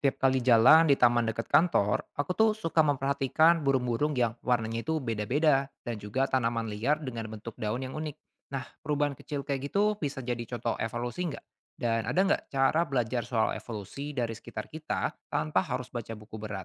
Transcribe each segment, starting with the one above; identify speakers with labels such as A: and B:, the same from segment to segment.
A: Tiap kali jalan di taman dekat kantor, aku tuh suka memperhatikan burung-burung yang warnanya itu beda-beda dan juga tanaman liar dengan bentuk daun yang unik. Nah, perubahan kecil kayak gitu bisa jadi contoh evolusi nggak? Dan ada nggak cara belajar soal evolusi dari sekitar kita tanpa harus baca buku berat?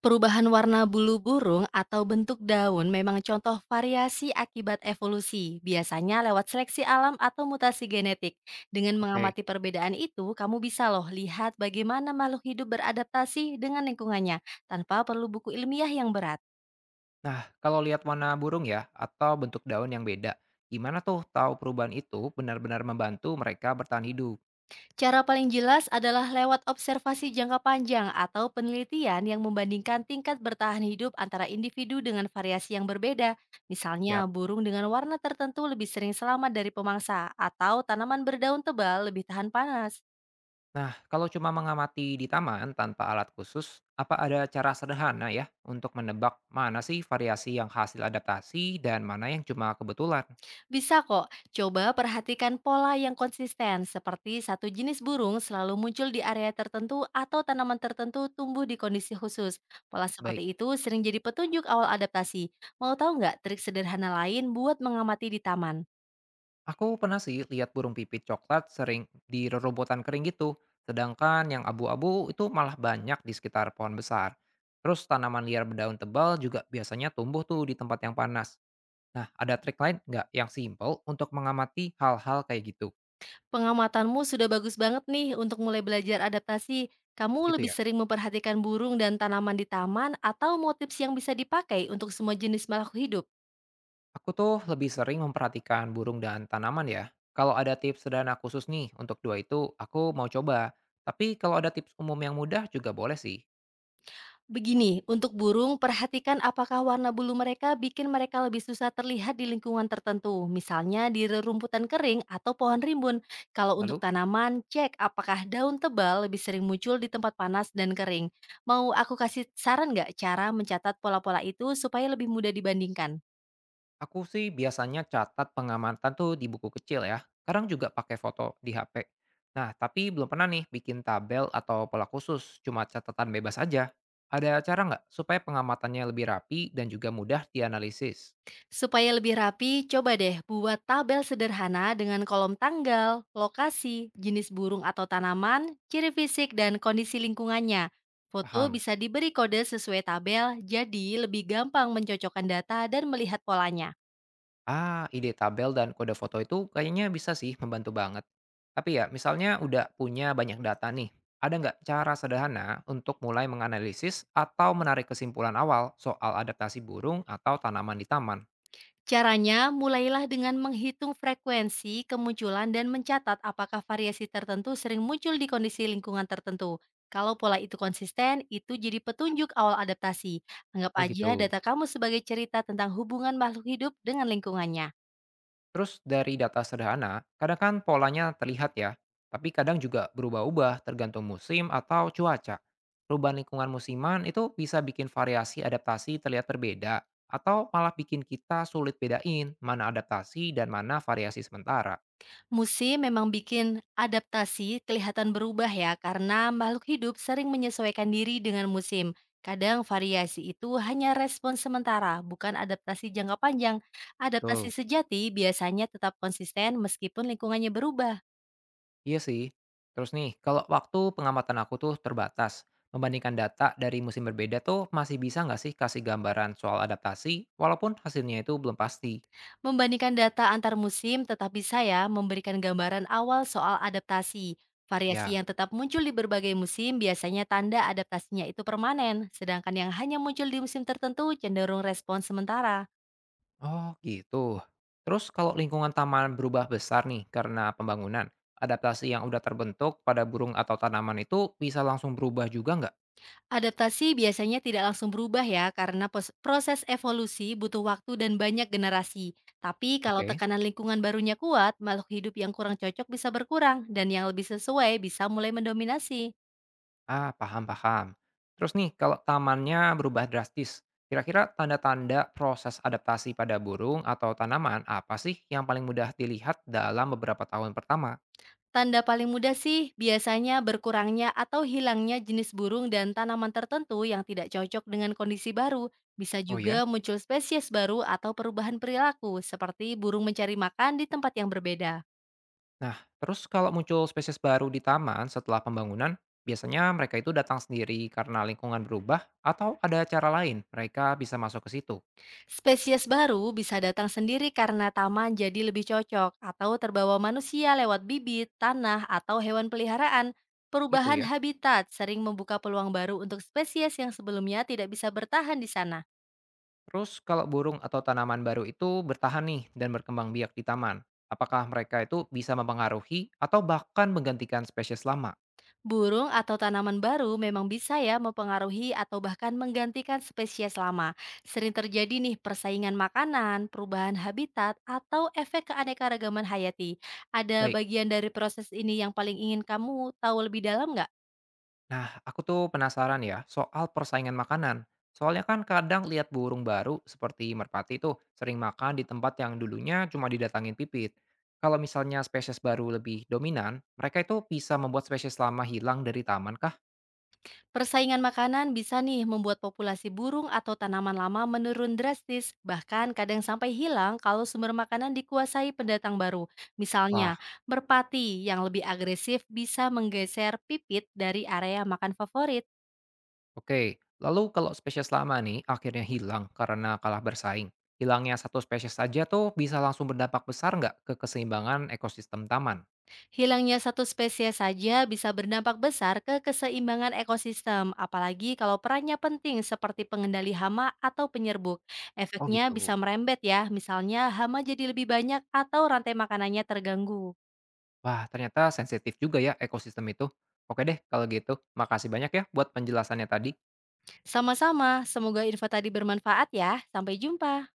B: Perubahan warna bulu burung atau bentuk daun memang contoh variasi akibat evolusi, biasanya lewat seleksi alam atau mutasi genetik. Dengan
A: Oke.
B: mengamati perbedaan itu, kamu bisa loh lihat bagaimana makhluk hidup beradaptasi dengan lingkungannya tanpa perlu buku ilmiah yang berat.
A: Nah, kalau lihat warna burung ya atau bentuk daun yang beda, gimana tuh tahu perubahan itu benar-benar membantu mereka bertahan hidup?
B: Cara paling jelas adalah lewat observasi jangka panjang atau penelitian yang membandingkan tingkat bertahan hidup antara individu dengan variasi yang berbeda. Misalnya,
A: Siap.
B: burung dengan warna tertentu lebih sering selamat dari pemangsa, atau tanaman berdaun tebal lebih tahan panas.
A: Nah, kalau cuma mengamati di taman tanpa alat khusus, apa ada cara sederhana ya untuk menebak mana sih variasi yang hasil adaptasi dan mana yang cuma kebetulan?
B: Bisa kok, coba perhatikan pola yang konsisten seperti satu jenis burung selalu muncul di area tertentu atau tanaman tertentu tumbuh di kondisi khusus. Pola
A: Baik,
B: seperti itu sering jadi petunjuk awal adaptasi. Mau tahu nggak trik sederhana lain buat mengamati di taman?
A: aku pernah sih lihat burung pipit coklat sering di rerobotan kering gitu, sedangkan yang abu-abu itu malah banyak di sekitar pohon besar. Terus tanaman liar berdaun tebal juga biasanya tumbuh tuh di tempat yang panas. Nah, ada trik lain nggak yang simple untuk mengamati hal-hal kayak gitu?
B: Pengamatanmu sudah bagus banget nih untuk mulai belajar adaptasi. Kamu
A: Gitu
B: lebih
A: ya.
B: sering memperhatikan burung dan tanaman di taman atau motif yang bisa dipakai untuk semua jenis makhluk hidup?
A: Aku tuh lebih sering memperhatikan burung dan tanaman ya. Kalau ada tips sederhana khusus nih untuk dua itu, aku mau coba. Tapi kalau ada tips umum yang mudah juga boleh sih.
B: Begini, untuk burung, perhatikan apakah warna bulu mereka bikin mereka lebih susah terlihat di lingkungan tertentu, misalnya di rerumputan kering atau pohon rimbun. Kalau untuk
A: Lalu,
B: tanaman, cek apakah daun tebal lebih sering muncul di tempat panas dan kering. Mau aku kasih saran nggak cara mencatat pola-pola itu supaya lebih mudah dibandingkan?
A: aku sih biasanya catat pengamatan tuh di buku kecil ya. Kadang juga pakai foto di HP. Nah, tapi belum pernah nih bikin tabel atau pola khusus, cuma catatan bebas aja. Ada cara nggak supaya pengamatannya lebih rapi dan juga mudah dianalisis?
B: Supaya lebih rapi, coba deh buat tabel sederhana dengan kolom tanggal, lokasi, jenis burung atau tanaman, ciri fisik, dan kondisi lingkungannya. Foto
A: Paham.
B: bisa diberi kode sesuai tabel, jadi lebih gampang mencocokkan data dan melihat polanya.
A: Ah, ide tabel dan kode foto itu kayaknya bisa sih membantu banget. Tapi ya, misalnya udah punya banyak data nih, ada nggak cara sederhana untuk mulai menganalisis atau menarik kesimpulan awal soal adaptasi burung atau tanaman di taman?
B: Caranya, mulailah dengan menghitung frekuensi, kemunculan, dan mencatat apakah variasi tertentu sering muncul di kondisi lingkungan tertentu. Kalau pola itu konsisten, itu jadi petunjuk awal adaptasi. Anggap
A: Oh
B: aja
A: gitu.
B: data kamu sebagai cerita tentang hubungan makhluk hidup dengan lingkungannya.
A: Terus dari data sederhana, kadang kan polanya terlihat ya, tapi kadang juga berubah-ubah tergantung musim atau cuaca. Perubahan lingkungan musiman itu bisa bikin variasi adaptasi terlihat berbeda, atau malah bikin kita sulit bedain mana adaptasi dan mana variasi sementara.
B: Musim memang bikin adaptasi kelihatan berubah ya, karena makhluk hidup sering menyesuaikan diri dengan musim. Kadang variasi itu hanya respon sementara, bukan adaptasi jangka panjang.
A: Betul.
B: Adaptasi sejati biasanya tetap konsisten meskipun lingkungannya berubah.
A: Iya sih. Terus nih, kalau waktu pengamatan aku tuh terbatas, membandingkan data dari musim berbeda tuh masih bisa nggak sih kasih gambaran soal adaptasi, walaupun hasilnya itu belum pasti?
B: Membandingkan data antar musim tetap bisa ya memberikan gambaran awal soal adaptasi. Variasi
A: Ya.
B: yang tetap muncul di berbagai musim biasanya tanda adaptasinya itu permanen, sedangkan yang hanya muncul di musim tertentu cenderung respon sementara.
A: Oh, gitu. Terus kalau lingkungan taman berubah besar nih karena pembangunan, adaptasi yang udah terbentuk pada burung atau tanaman itu bisa langsung berubah juga nggak?
B: Adaptasi biasanya tidak langsung berubah ya, karena proses evolusi butuh waktu dan banyak generasi. Tapi kalau
A: Oke.
B: tekanan lingkungan barunya kuat, makhluk hidup yang kurang cocok bisa berkurang, dan yang lebih sesuai bisa mulai mendominasi.
A: Ah, paham-paham. Terus nih, kalau tamannya berubah drastis, kira-kira tanda-tanda proses adaptasi pada burung atau tanaman apa sih yang paling mudah dilihat dalam beberapa tahun pertama?
B: Tanda paling mudah sih biasanya berkurangnya atau hilangnya jenis burung dan tanaman tertentu yang tidak cocok dengan kondisi baru. Bisa
A: Oh ya?
B: juga muncul spesies baru atau perubahan perilaku, seperti burung mencari makan di tempat yang berbeda.
A: Nah, terus kalau muncul spesies baru di taman setelah pembangunan, biasanya mereka itu datang sendiri karena lingkungan berubah atau ada cara lain mereka bisa masuk ke situ.
B: Spesies baru bisa datang sendiri karena taman jadi lebih cocok atau terbawa manusia lewat bibit, tanah, atau hewan peliharaan.
A: Itu
B: Perubahan
A: ya.
B: habitat sering membuka peluang baru untuk spesies yang sebelumnya tidak bisa bertahan di sana.
A: Terus kalau burung atau tanaman baru itu bertahan nih dan berkembang biak di taman, apakah mereka itu bisa mempengaruhi atau bahkan menggantikan spesies lama?
B: Burung atau tanaman baru memang bisa ya mempengaruhi atau bahkan menggantikan spesies lama. Sering terjadi nih persaingan makanan, perubahan habitat, atau efek keanekaragaman hayati. Ada
A: Baik.
B: bagian dari proses ini yang paling ingin kamu tahu lebih dalam nggak?
A: Nah, aku tuh penasaran ya soal persaingan makanan. Soalnya kan kadang lihat burung baru seperti merpati tuh sering makan di tempat yang dulunya cuma didatangin pipit. Kalau misalnya spesies baru lebih dominan, mereka itu bisa membuat spesies lama hilang dari taman kah?
B: Persaingan makanan bisa nih membuat populasi burung atau tanaman lama menurun drastis, bahkan kadang sampai hilang kalau sumber makanan dikuasai pendatang baru.
A: Wah,
B: Misalnya, merpati yang lebih agresif bisa menggeser pipit dari area makan favorit.
A: oke. Lalu kalau spesies lama nih akhirnya hilang karena kalah bersaing. Hilangnya satu spesies saja tuh bisa langsung berdampak besar nggak ke keseimbangan ekosistem taman?
B: Hilangnya satu spesies saja bisa berdampak besar ke keseimbangan ekosistem, apalagi kalau perannya penting seperti pengendali hama atau penyerbuk.
A: Oh
B: Efeknya bisa
A: gitu.
B: merembet ya, misalnya hama jadi lebih banyak atau rantai makanannya terganggu.
A: Wah, ternyata sensitif juga ya ekosistem itu. Oke deh, kalau gitu. Makasih banyak ya buat penjelasannya tadi.
B: Sama-sama, semoga info tadi bermanfaat ya. Sampai jumpa.